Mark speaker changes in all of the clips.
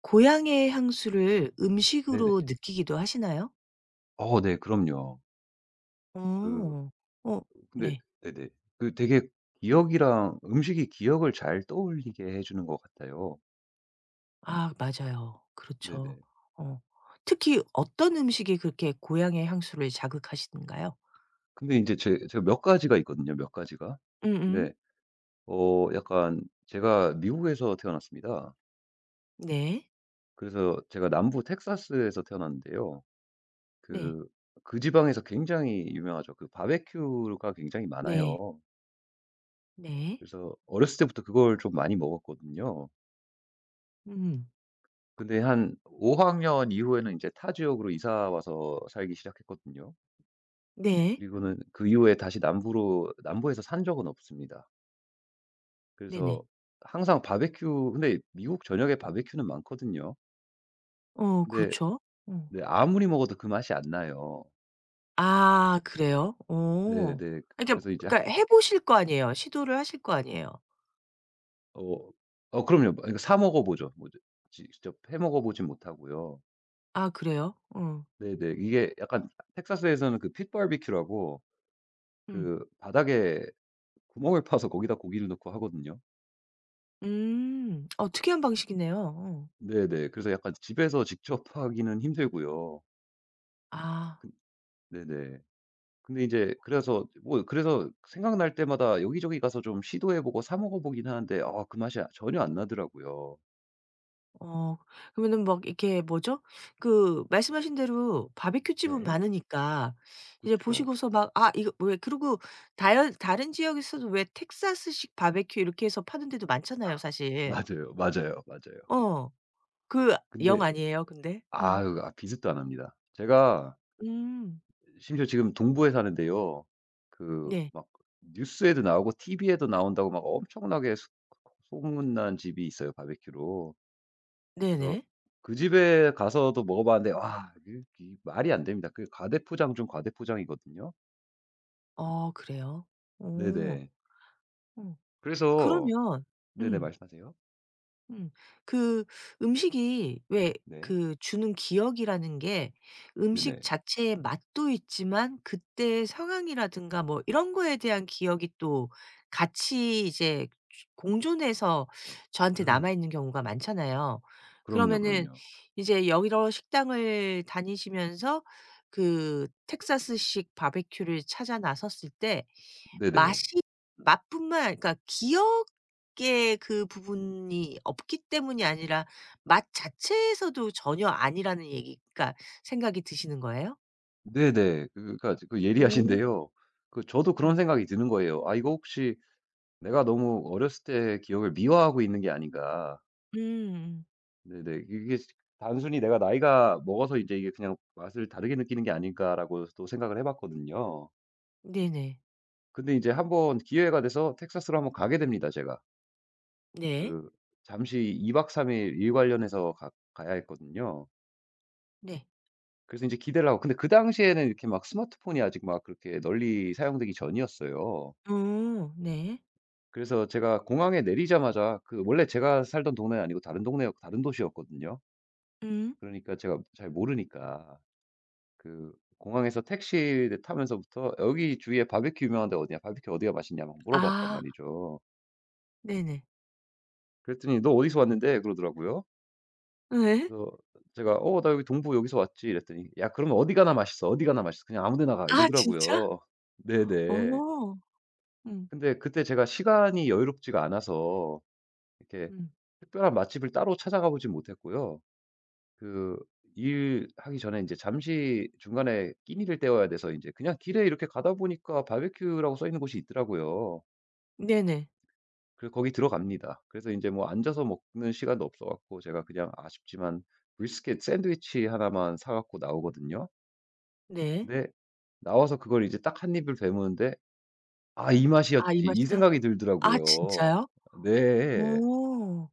Speaker 1: 고향의 향수를
Speaker 2: 네네.
Speaker 1: 음식으로 느끼기도 하시나요?
Speaker 2: 어 네 그럼요. 그
Speaker 1: 어. 어
Speaker 2: 근데
Speaker 1: 네.
Speaker 2: 네네. 그 되게 기억이랑 음식이 기억을 잘 떠올리게 해 주는 것 같아요.
Speaker 1: 아 맞아요. 그렇죠.
Speaker 2: 네네.
Speaker 1: 어. 특히 어떤 음식이 그렇게 고향의 향수를 자극하시는가요?
Speaker 2: 근데 이제 제 제가 몇 가지가 있거든요, 몇 가지가.
Speaker 1: 음음.
Speaker 2: 근데 약간 제가 미국에서 태어났습니다.
Speaker 1: 네.
Speaker 2: 그래서 제가 남부 텍사스에서 태어났는데요.
Speaker 1: 네.
Speaker 2: 그 그 지방에서 굉장히 유명하죠. 그 바베큐가 굉장히
Speaker 1: 네.
Speaker 2: 많아요.
Speaker 1: 네.
Speaker 2: 그래서 어렸을 때부터 그걸 좀 많이 먹었거든요.
Speaker 1: 음.
Speaker 2: 근데 한 5학년 학년 이후에는 이제 타 지역으로 이사 와서 살기 시작했거든요.
Speaker 1: 네.
Speaker 2: 그리고는 그 이후에 다시 남부로 남부에서 산 적은 없습니다. 그래서
Speaker 1: 네네.
Speaker 2: 항상 바베큐 근데 미국 저녁에 바베큐는 많거든요.
Speaker 1: 어
Speaker 2: 근데
Speaker 1: 그렇죠. 어.
Speaker 2: 네 아무리 먹어도 그 맛이 안 나요.
Speaker 1: 아 그래요? 어.
Speaker 2: 네네.
Speaker 1: 그러니까
Speaker 2: 그래서 이제
Speaker 1: 그러니까 해 보실 거 아니에요. 시도를 하실 거 아니에요.
Speaker 2: 어 그럼요. 뭐 그러니까 사 먹어 보죠. 뭐 이제 지 직접 해 먹어 보진 못하고요.
Speaker 1: 아 그래요? 어.
Speaker 2: 네네. 이게 약간 텍사스에서는 그 pit barbecue라고
Speaker 1: 음.
Speaker 2: 그 바닥에 구멍을 파서 거기다 고기를 넣고 하거든요.
Speaker 1: 음. 어 특이한 방식이네요. 어.
Speaker 2: 네네. 그래서 약간 집에서 직접 하기는 힘들고요.
Speaker 1: 아.
Speaker 2: 근 네네. 근데 이제 그래서 뭐 그래서 생각날 때마다 여기저기 가서 좀 시도해 보고 사 먹어 보긴 하는데 아 그 맛이 아 전혀 안 나더라고요.
Speaker 1: 어 그러면은 막 이렇게 뭐죠? 그 말씀하신 대로 바비큐 집은
Speaker 2: 네.
Speaker 1: 많으니까 이제
Speaker 2: 그쵸.
Speaker 1: 보시고서 막 '아 이거 왜' 그리고 다른 지역에서도 왜 텍사스식 바비큐 이렇게 해서 파는 데도 많잖아요 사실.
Speaker 2: 맞아요, 맞아요, 맞아요.
Speaker 1: 어. 그
Speaker 2: 근데
Speaker 1: 영 아니에요 근데? 음.
Speaker 2: 아유 아 비슷도 안 합니다. 제가
Speaker 1: 음,
Speaker 2: 심지어 지금 동부에 사는데요. 그
Speaker 1: 네.
Speaker 2: 막 뉴스에도 나오고 티 v 에도 나온다고 막 엄청나게 소 소문난 집이 있어요, 바베큐로. 그래서
Speaker 1: 네네.
Speaker 2: 그 집에 가서도 먹어봤는데 와 이 말이 안 됩니다. 그 과대포장 중 과대포장이거든요.
Speaker 1: 어 그래요? 어.
Speaker 2: 네네.
Speaker 1: 어.
Speaker 2: 그래서
Speaker 1: 그러면
Speaker 2: 네네.
Speaker 1: 음.
Speaker 2: 말씀하세요.
Speaker 1: 음. 그 음식이 왜
Speaker 2: 네.
Speaker 1: 그 주는 기억이라는 게 음식
Speaker 2: 네네.
Speaker 1: 자체의 맛도 있지만 그때의 상황이라든가 뭐 이런 거에 대한 기억이 또 같이 이제 주 공존해서 저한테 남아
Speaker 2: 음.
Speaker 1: 있는 경우가 많잖아요.
Speaker 2: 그럼요,
Speaker 1: 그러면은
Speaker 2: 그럼요.
Speaker 1: 이제 여러 식당을 다니시면서 그 텍사스식 바베큐를 찾아 나섰을 때
Speaker 2: 네네.
Speaker 1: 맛이 맛뿐만 그러니까 기억의 그 부분이 없기 때문이 아니라 맛 자체에서도 전혀 아니라는 얘기 그러니까 생각이 드시는 거예요?
Speaker 2: 네네. 그 그러니까 그
Speaker 1: 오.
Speaker 2: 예리하신데요. 그 저도 그런
Speaker 1: 음.
Speaker 2: 생각이 드는 거예요. '아 이거 혹시 내가 너무 어렸을 때 기억을 미화하고 있는 게 아닌가.'
Speaker 1: 음.
Speaker 2: 네네. 이게 단순히 '내가 나이가 먹어서 이제 이게 그냥 맛을 다르게 느끼는 게 아닐까.'라고 또 생각을 해 봤거든요.
Speaker 1: 네네.
Speaker 2: 근데 이제 한번 기회가 돼서 텍사스로 한번 가게 됩니다 제가.
Speaker 1: 네.
Speaker 2: 그 잠시 2박 3일 일 관련해서 가 가야 했거든요.
Speaker 1: 네.
Speaker 2: 그래서 이제 기대를 하고 근데 그 당시에는 이렇게 막 스마트폰이 아직 막 그렇게 널리 사용되기 전이었어요.
Speaker 1: 어 네.
Speaker 2: 그래서 제가 공항에 내리자마자 그 원래 제가 살던 동네 아니고 다른 도시였거든요.
Speaker 1: 음.
Speaker 2: 그러니까 제가 잘 모르니까 그 공항에서 택시를 타면서부터 "여기 주위에 바비큐 유명한 데 어디냐? 바비큐 어디가 맛있냐?" 막 물어봤단
Speaker 1: 아
Speaker 2: 말이죠.
Speaker 1: 네네.
Speaker 2: 그랬더니 "너 어디서 왔는데?" 그러더라고요.
Speaker 1: 예.
Speaker 2: 그래서 제가 "어 나 여기 동부 여기서 왔지." 이랬더니 "야 그러면 어디 가나 맛있어. 어디 가나 맛있어. 그냥 아무 데나 가."
Speaker 1: 아 진짜?
Speaker 2: 이러더라고요. 네네.
Speaker 1: 어. 음.
Speaker 2: 근데 그때 제가 시간이 여유롭지가 않아서 이렇게
Speaker 1: 음.
Speaker 2: 특별한 맛집을 따로 찾아가 보진 못했고요. 그 일하기 전에 이제 잠시 중간에 끼니를 때워야 돼서 이제 그냥 길에 이렇게 가다 보니까 바베큐라고 써 있는 곳이 있더라고요.
Speaker 1: 네네.
Speaker 2: 그래서 거기 들어갑니다. 그래서 이제 뭐 앉아서 먹는 시간도 없어 갖고 제가 그냥 아쉽지만 브리스켓 샌드위치 하나만 사 갖고 나오거든요.
Speaker 1: 네.
Speaker 2: 근데 나와서 그걸 이제 딱 한 입을 배무는데 '아 이
Speaker 1: 아 이
Speaker 2: 맛이었지.' 이
Speaker 1: 맛이다?
Speaker 2: 생각이
Speaker 1: 아
Speaker 2: 들더라고요.
Speaker 1: 진짜요?
Speaker 2: 네.
Speaker 1: 어.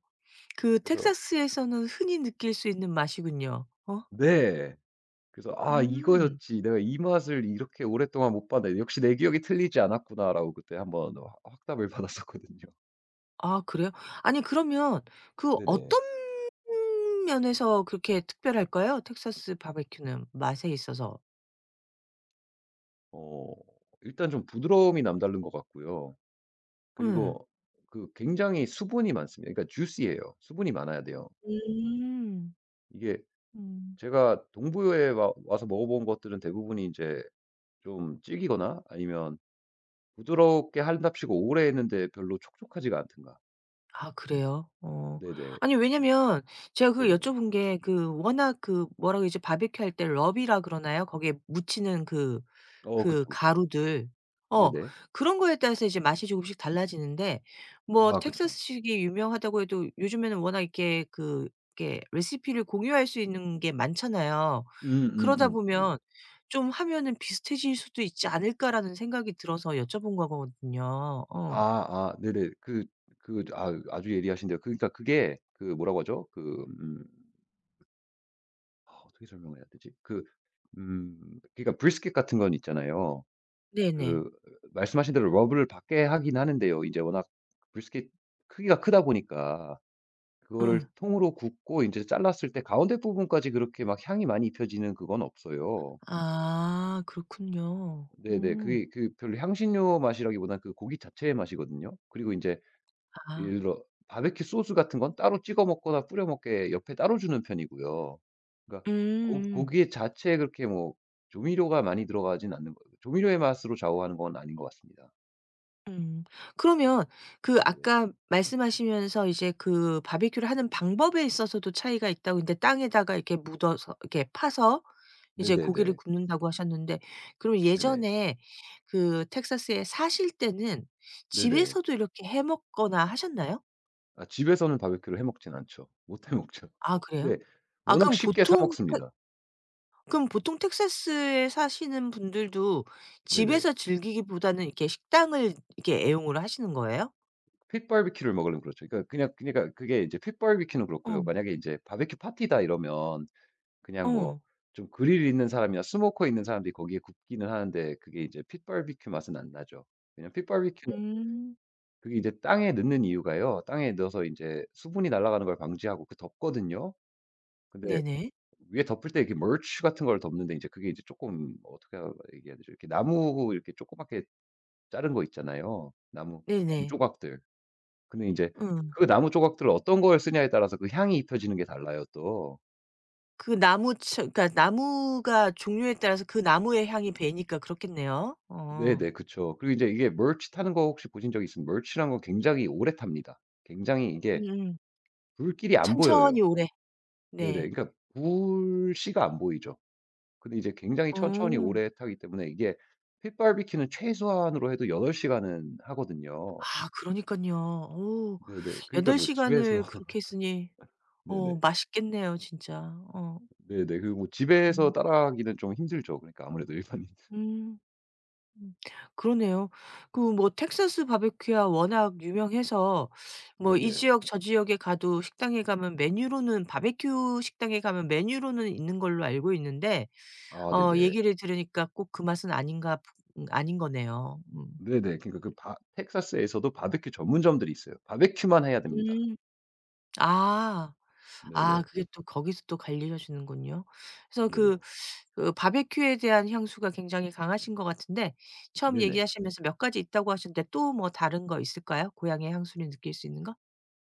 Speaker 1: 그
Speaker 2: 그래서
Speaker 1: 텍사스에서는 흔히 느낄 수 있는 맛이군요. 어?
Speaker 2: 네. 그래서 '아
Speaker 1: 음.
Speaker 2: 이거였지. 내가 이 맛을 이렇게 오랫동안 못 봤네. 역시 내 기억이 틀리지 않았구나.'라고 그때 한번 확 확답을 받았었거든요.
Speaker 1: 아 그래요? 아니 그러면 그
Speaker 2: 네네.
Speaker 1: 어떤 면에서 그렇게 특별할까요? 텍사스 바베큐는 맛에 있어서.
Speaker 2: 어 일단 좀 부드러움이 남다른 것 같고요.
Speaker 1: 예.
Speaker 2: 그리고 그 굉장히 수분이 많습니다. 그러니까 juicy해요. 수분이 많아야 돼요.
Speaker 1: 음.
Speaker 2: 이게
Speaker 1: 음.
Speaker 2: 제가 동부에 와 와서 먹어본 것들은 대부분이 인제 좀 질기거나 아니면 부드럽게 한답시고 오래 했는데 별로 촉촉하지가 않든가.
Speaker 1: 아 그래요? 어.
Speaker 2: 네네.
Speaker 1: 아니
Speaker 2: 음
Speaker 1: 왜냐면 제가 그걸
Speaker 2: 네네.
Speaker 1: 여쭤본 게 그 워낙 그 뭐라 그러지? 바비큐 할 때 럽이라 그러나요? 거기에 묻히는 그
Speaker 2: 어
Speaker 1: 그
Speaker 2: 그쵸, 그쵸.
Speaker 1: 가루들. 어.
Speaker 2: 네네.
Speaker 1: 그런 거에 따라서 이제 맛이 조금씩 달라지는데 뭐
Speaker 2: 아 그쵸.
Speaker 1: 텍사스식이 유명하다고 해도 요즘에는 워낙 이렇게 그 이렇게 레시피를 공유할 수 있는 게 많잖아요. 그러다 보면
Speaker 2: 네네.
Speaker 1: 좀 하면은 '비슷해질 수도 있지 않을까.'라는 생각이 들어서 여쭤본 거거든요.
Speaker 2: 아
Speaker 1: 어.
Speaker 2: 아 네네. 그 그 아 아주 예리하신데요. 그러니까 그게 그 뭐라고 하죠? 음 어떻게 설명을 해야 되지? 그 음 그러니까 브리스켓 같은 건 있잖아요.
Speaker 1: 네네.
Speaker 2: 그 말씀하신 대로 러브를 받게 하긴 하는데요. 이제 워낙 브리스켓 크기가 크다 보니까 그거를
Speaker 1: 예.
Speaker 2: 통으로 굽고 이제 잘랐을 때 가운데 부분까지 그렇게 막 향이 많이 입혀지는 그건 없어요.
Speaker 1: 아 그렇군요.
Speaker 2: 네네.
Speaker 1: 음.
Speaker 2: 그게 그 별로 향신료 맛이라기보다는 그 고기 자체의 맛이거든요. 그리고 이제
Speaker 1: 아.
Speaker 2: 예를 들어 바베큐 소스 같은 건 따로 찍어 먹거나 뿌려 먹게 옆에 따로 주는 편이고요. 그러니까 고
Speaker 1: 음.
Speaker 2: 고기 자체에 그렇게 뭐 조미료가 많이 들어가진 않는 거예요. 조미료의 맛으로 좌우하는 건 아닌 것 같습니다.
Speaker 1: 음. 그러면 그
Speaker 2: 네네.
Speaker 1: 아까 말씀하시면서 이제 그 바비큐를 하는 방법에 있어서도 차이가 있다고 근데 땅에다가 이렇게 묻어서 이렇게 파서 이제 고기를
Speaker 2: 네네네.
Speaker 1: 굽는다고 하셨는데 그럼
Speaker 2: 네네.
Speaker 1: 예전에 그 텍사스에 사실 때는
Speaker 2: 네네.
Speaker 1: 집에서도 이렇게 해 먹거나 하셨나요?
Speaker 2: 아 집에서는 바비큐를 해 먹진 않죠. 못해 먹죠.
Speaker 1: 아 그래요?
Speaker 2: 네.
Speaker 1: 아
Speaker 2: 워낙
Speaker 1: 그럼
Speaker 2: 쉽게 사
Speaker 1: 보통
Speaker 2: 먹습니다.
Speaker 1: 그럼 보통 텍사스에 사시는 분들도
Speaker 2: 네네.
Speaker 1: 집에서 즐기기보다는 이렇게 식당을 이렇게 애용을 하시는 거예요?
Speaker 2: 핏바비큐를 먹으려면 그렇죠. 그러니까 그냥 그러니까 그게 이제 핏바비큐는 그렇고요.
Speaker 1: 어.
Speaker 2: 만약에 이제 바비큐 파티다 이러면 그냥 뭐
Speaker 1: 어.
Speaker 2: 좀 그릴 있는 사람이나 스모커 있는 사람들이 거기에 굽기는 하는데 그게 이제 핏바비큐 맛은 안 나죠. 왜냐면 pig 는
Speaker 1: 음.
Speaker 2: 그게 이제 땅에 넣는 이유가요. 땅에 넣어서 이제 수분이 날아가는 걸 방지하고 그 덥거든요. 근데
Speaker 1: 네네.
Speaker 2: 위에 덮을 때 이렇게 멀치 같은 걸 덮는데 이제 그게 이제 쪼끔 뭐 어떻게 얘기해야 되죠? 이렇게 나무 이렇게 조그맣게 자른 거 있잖아요. 나무
Speaker 1: 네네.
Speaker 2: 조각들. 근데 인제
Speaker 1: 음.
Speaker 2: 그 나무 조각들을 어떤 걸 쓰냐에 따라서 그 향이 입혀지는 게 달라요 또.
Speaker 1: 그 나무 츠 그러니까 나무가 종류에 따라서 그 나무의 향이 배니까 그렇겠네요. 어.
Speaker 2: 네네. 그쵸. 그리고 이제 이게 멀치 타는 거 혹시 보신 적 있으면 멀치란 라는 건 굉장히 오래 탑니다. 굉장히 이게
Speaker 1: 음음.
Speaker 2: 불길이 안 보여요.
Speaker 1: 천천히 오래. 네.
Speaker 2: 네네. 그러니까 불씨가 안 보이죠. 근데 이제 굉장히 천천히
Speaker 1: 음.
Speaker 2: 오래 타기 때문에 이게 핏 i 비큐는 최소한으로 해도 8시간 시간은 하거든요.
Speaker 1: 아 그러니깐요. 오
Speaker 2: 네네. 그러니까
Speaker 1: 여덟
Speaker 2: 뭐 집에서
Speaker 1: 시간을 그렇게 했으니 어
Speaker 2: 네네.
Speaker 1: 맛있겠네요 진짜. 어.
Speaker 2: 네네. 그 뭐 집에서
Speaker 1: 음.
Speaker 2: 따라하기는 좀 힘들죠. 그러니까 아무래도 일반인
Speaker 1: 음. 음 그러네요. 그 뭐 텍사스 바베큐야 워낙 유명해서 뭐 이
Speaker 2: 네네.
Speaker 1: 지역 저 지역에 가도 식당에 가면 메뉴로는 바베큐 식당에 가면 메뉴로는 있는 걸로 알고 있는데
Speaker 2: 아
Speaker 1: 어
Speaker 2: 네네.
Speaker 1: 얘기를 들으니까 꼭 그 맛은 아닌가 보 아닌 거네요. 음.
Speaker 2: 네네. 그러니까 그 바 텍사스에서도 바베큐 전문점들이 있어요. 바베큐만 해야 됩니다.
Speaker 1: 음. 아. 아
Speaker 2: 네네.
Speaker 1: 그게 또 거기서 또 갈리셔지는군요. 그래서 그
Speaker 2: 네네.
Speaker 1: 그 바베큐에 대한 향수가 굉장히 강하신 것 같은데 처음
Speaker 2: 네네.
Speaker 1: 얘기하시면서 몇 가지 있다고 하셨는데 또 뭐 다른 거 있을까요? 고향의 향수를 느낄 수 있는 거?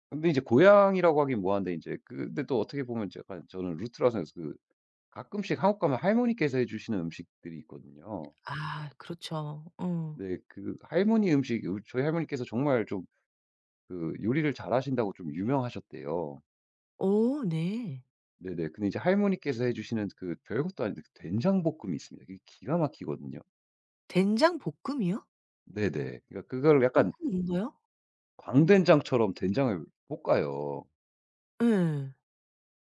Speaker 2: 근데 이제 고향이라고 하긴 뭐한데 이제 근데 또 어떻게 보면 제가 저는 루트라서그 가끔씩 한국 가면 할머니께서 해 주시는 음식들이 있거든요.
Speaker 1: 아 그렇죠. 어.
Speaker 2: 네. 그 할머니 음식 저희 할머니께서 정말 좀 그 요리를 잘하신다고 좀 유명하셨대요.
Speaker 1: 어 네.
Speaker 2: 네네. 근데 이제 할머니께서 해 주시는 그 별것도 아닌데 그 된장볶음이 있습니다. 그게 기가 막히거든요.
Speaker 1: 된장 볶음이요?
Speaker 2: 네네. 그러니까 그걸
Speaker 1: 어
Speaker 2: 약간
Speaker 1: 그건 뭔가요? 어.
Speaker 2: 광된장처럼 된장을 볶아요.
Speaker 1: 예.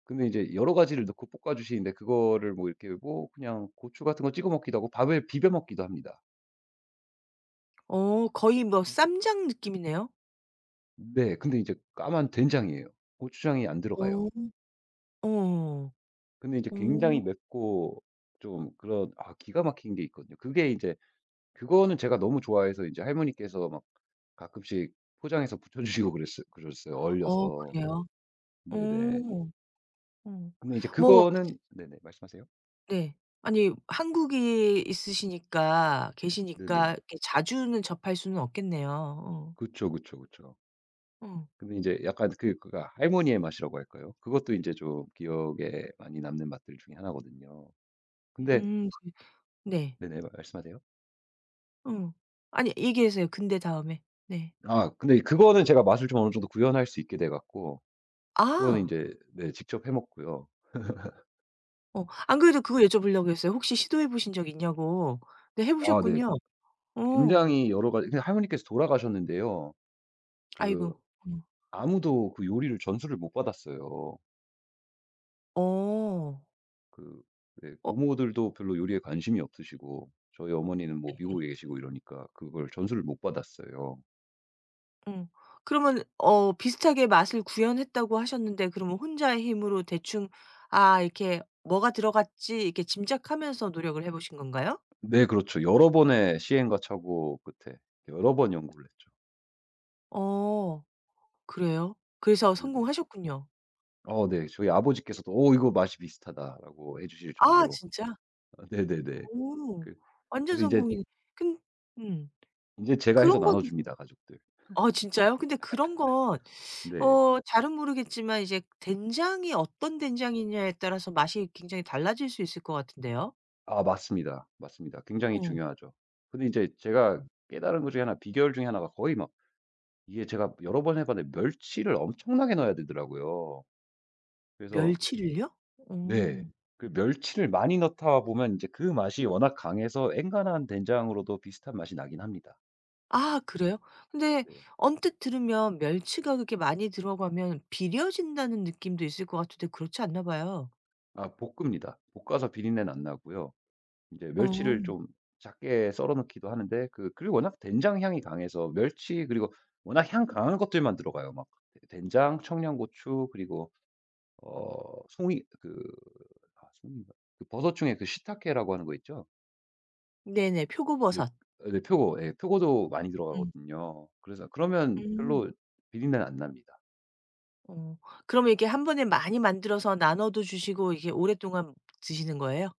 Speaker 2: 근데 이제 여러 가지를 넣고 볶아 주시는데 그거를 뭐 이렇게 뭐 그냥 고추 같은 거 찍어 먹기도 하고 밥에 비벼 먹기도 합니다.
Speaker 1: 어 거의 뭐 쌈장 느낌이네요.
Speaker 2: 네. 근데 이제 까만 된장이에요. 고추장이 안 들어가요.
Speaker 1: 어. 어.
Speaker 2: 근데 이제
Speaker 1: 어.
Speaker 2: 굉장히 맵고 좀 그런 아 기가 막힌 게 있거든요. 그게 이제 그거는 제가 너무 좋아해서 이제 할머니께서 막 가끔씩 포장해서 붙여 주시고 그랬어요
Speaker 1: 어
Speaker 2: 얼려서.
Speaker 1: 그래요? 어.
Speaker 2: 네네.
Speaker 1: 어.
Speaker 2: 근데 이제
Speaker 1: 뭐
Speaker 2: 그거는 네네. 말씀하세요.
Speaker 1: 네. 아니 한국에 있으시니까 계시니까
Speaker 2: 네네.
Speaker 1: 이렇게 자주는 접할 수는 없겠네요. 어.
Speaker 2: 그쵸, 그쵸, 그쵸.
Speaker 1: 어.
Speaker 2: 근데 이제 약간 그그 할머니의 맛이라고 할까요? 그것도 이제 좀 기억에 많이 남는 맛들 중에 하나거든요. 근데
Speaker 1: 그 네. 네.
Speaker 2: 네네. 말씀하세요.
Speaker 1: 어. 아니 얘기하세요. 근데 다음에. 네.
Speaker 2: 아 근데 그거는 제가 맛을 좀 어느 정도 구현할 수 있게 돼 갖고 그거는 이
Speaker 1: 아.
Speaker 2: 제 네 직접 해 먹고요.
Speaker 1: 어. 안 그래도 그거 여쭤보려고 했어요. 혹시 시도해 보신 적 있냐고. 네 해
Speaker 2: 아 네.
Speaker 1: 보셨군요. 어.
Speaker 2: 굉장히 여러 가지 근데 할머니께서 돌아가셨는데요. 그
Speaker 1: 아이고. 음.
Speaker 2: 아무도 그 요리를 전수를 못 받았어요.
Speaker 1: 어.
Speaker 2: 그 네
Speaker 1: 어
Speaker 2: 고모들도 별로 요리에 관심이 없으시고 저희 어머니는 뭐 미국에
Speaker 1: 네.
Speaker 2: 계시고 이러니까 그걸 전수를 못 받았어요.
Speaker 1: 음. 그러면 어 비슷하게 맛을 구현했다고 하셨는데 그러면 혼자의 힘으로 대충 '아 이렇게 뭐가 들어갔지.' 이렇게 짐작하면서 노력을 해 보신 건가요?
Speaker 2: 네 그렇죠. 여러 번의 시행착오 끝에 여러 번 연구를 했죠.
Speaker 1: 어. 그래요? 그래서
Speaker 2: 네네.
Speaker 1: 성공하셨군요.
Speaker 2: 어 네. 저희 아버지께서도 오 이거 맛이 비슷하다."라고 해 주실
Speaker 1: 아
Speaker 2: 정도로.
Speaker 1: 진짜?
Speaker 2: 아 네네네.
Speaker 1: 오.
Speaker 2: 그
Speaker 1: 완전
Speaker 2: 그래서 이제
Speaker 1: 성공이네. 근 음.
Speaker 2: 이제 제가 해서
Speaker 1: 그런 거는
Speaker 2: 나눠 줍니다, 가족들.
Speaker 1: 아 진짜요? 근데 그런 건
Speaker 2: 네.
Speaker 1: 어 잘은 모르겠지만 이제 된장이 어떤 된장이냐에 따라서 맛이 굉장히 달라질 수 있을 것 같은데요.
Speaker 2: 아 맞습니다. 맞습니다. 굉장히
Speaker 1: 어.
Speaker 2: 중요하죠. 근데 이제 제가 깨달은 것 중에 하나 비결 중에 하나가 거의 막 이게 제가 여러 번 해 봤는데 멸치를 엄청나게 넣어야 되더라고요. 그래서
Speaker 1: 멸치를요? 어.
Speaker 2: 네. 그 멸치를 많이 넣다 보면 이제 그 맛이 워낙 강해서 엔간한 된장으로도 비슷한 맛이 나긴 합니다.
Speaker 1: 아 그래요? 근데
Speaker 2: 네.
Speaker 1: 언뜻 들으면 멸치가 그렇게 많이 들어가면 비려진다는 느낌도 있을 것 같은데 그렇지 않나 봐요.
Speaker 2: 아 볶습니다. 볶아서 비린내는 안 나고요. 이제
Speaker 1: 어.
Speaker 2: 멸치를 좀 작게 썰어 넣기도 하는데 그 그리고 워낙 된장 향이 강해서 멸치 그리고 워낙 향 강한 것들만 들어가요. 막 된장, 청양고추 그리고 송이 그 아 송이인가? 그 버섯 중에 그 시타케라고 하는 거 있죠?
Speaker 1: 네네.
Speaker 2: 네.
Speaker 1: 표고버섯.
Speaker 2: 아 네 표고. 예. 표고도 많이
Speaker 1: 음.
Speaker 2: 들어가거든요. 그래서 그러면
Speaker 1: 음.
Speaker 2: 별로 비린내는 안 납니다.
Speaker 1: 어. 그러면 이렇게 한 번에 많이 만들어서 나눠도 주시고 이게 오랫동안 드시는 거예요?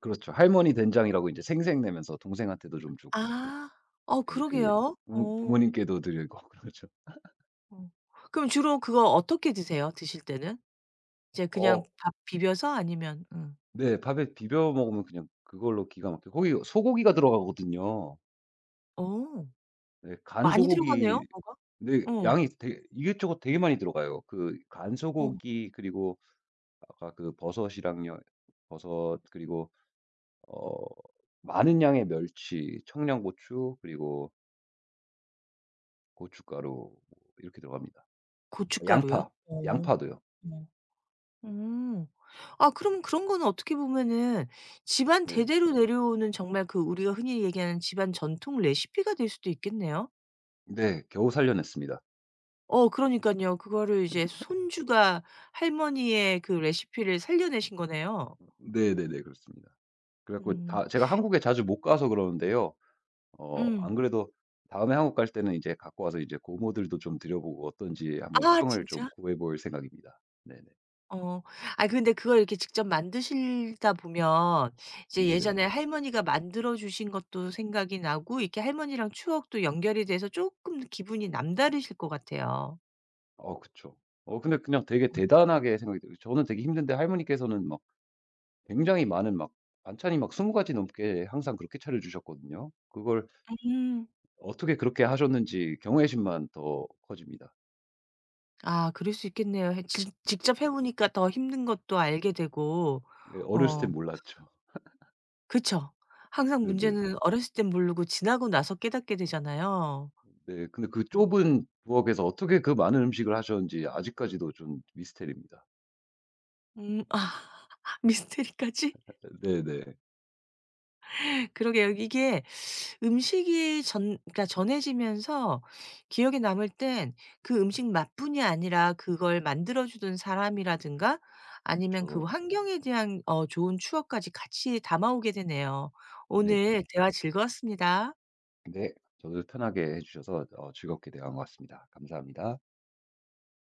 Speaker 2: 그렇죠. 할머니 된장이라고 인제 생색 내면서 동생한테도 좀 주고
Speaker 1: 아. 어
Speaker 2: 예 그
Speaker 1: 그러게요.
Speaker 2: 부
Speaker 1: 어.
Speaker 2: 부모님께도 드리고 그러죠.
Speaker 1: 어. 그럼 주로 그거 어떻게 드세요? 드실 때는? 이제 그냥
Speaker 2: 어
Speaker 1: 밥 비벼서 아니면
Speaker 2: 네. 밥에 비벼 먹으면 그냥 그걸로 기가 막혀요. 거기 소고기가 들어가거든요.
Speaker 1: 어.
Speaker 2: 네. 간
Speaker 1: 많이 들어가네요
Speaker 2: 소고기
Speaker 1: 뭐가.
Speaker 2: 네
Speaker 1: 어.
Speaker 2: 양이 되게 이것저것 되게 많이 들어가요. 그 간
Speaker 1: 어.
Speaker 2: 소고기 그리고 아까 그 버섯이랑요 버섯 그리고 어 많은 양의 멸치, 청양고추 그리고 고춧가루 뭐 이렇게 들어갑니다.
Speaker 1: 고춧가루요?
Speaker 2: 양파,
Speaker 1: 어.
Speaker 2: 양파도요.
Speaker 1: 어. 음. 아 그럼 그런 거는 어떻게 보면은 집안
Speaker 2: 네네.
Speaker 1: 대대로 내려오는 정말 그 우리가 흔히 얘기하는 집안 전통 레시피가 될 수도 있겠네요.
Speaker 2: 네. 겨우 살려냈습니다.
Speaker 1: 어 그러니깐요. 그거를 이제 손주가 할머니의 그 레시피를 살려내신 거네요.
Speaker 2: 네네네. 그렇습니다. 그래 갖고
Speaker 1: 음.
Speaker 2: 다 제가 한국에 자주 못 가서 그러는데요.
Speaker 1: 음.
Speaker 2: 안 그래도 다음에 한국 갈 때는 이제 갖고 와서 이제 고모들도 좀 드려 보고 어떤지 한번
Speaker 1: 아
Speaker 2: 평을 좀
Speaker 1: 진짜?
Speaker 2: 구해 볼 생각입니다. 네네.
Speaker 1: 어. 아니 근데 그걸 이렇게 직접 만드시다 보면 이제
Speaker 2: 네네.
Speaker 1: 예전에 할머니가 만들어 주신 것도 생각이 나고 이렇게 할머니랑 추억도 연결이 돼서 쪼끔 기분이 남다르실 것 같아요.
Speaker 2: 어 그쵸. 어 근데 그냥 되게 대단하게 생각이 들어요. 저는 되게 힘든데 할머니께서는 막 굉장히 많은 막 반찬이 막 20가지 가지 넘게 항상 그렇게 차려 주셨거든요. 그걸
Speaker 1: 음.
Speaker 2: 어떻게 그렇게 하셨는지 경외심만 더 커집니다.
Speaker 1: 아 그럴 수 있겠네요. 해 지 직접 해 보니까 더 힘든 것도 알게 되고.
Speaker 2: 네, 어렸을
Speaker 1: 어
Speaker 2: 땐 몰랐죠.
Speaker 1: 그쵸. 항상
Speaker 2: 네네.
Speaker 1: 문제는 어렸을 땐 모르고 지나고 나서 깨닫게 되잖아요.
Speaker 2: 네. 근데 그 좁은 부엌에서 어떻게 그 많은 음식을 하셨는지 아직까지도 좀 미스터리입니다.
Speaker 1: 음. 아 미스테리까지?
Speaker 2: 네네.
Speaker 1: 그러게요. 이게 음식이 전 그러니까 전해지면서 기억에 남을 땐 그 음식 맛뿐이 아니라 그걸 만들어 주던 사람이라든가 아니면 그
Speaker 2: 저
Speaker 1: 환경에 대한 어 좋은 추억까지 같이 담아오게 되네요.
Speaker 2: 네네.
Speaker 1: 오늘 대화 즐거웠습니다.
Speaker 2: 네. 저도 편하게 해 주셔서 즐겁게 대화한 것 같습니다. 감사합니다.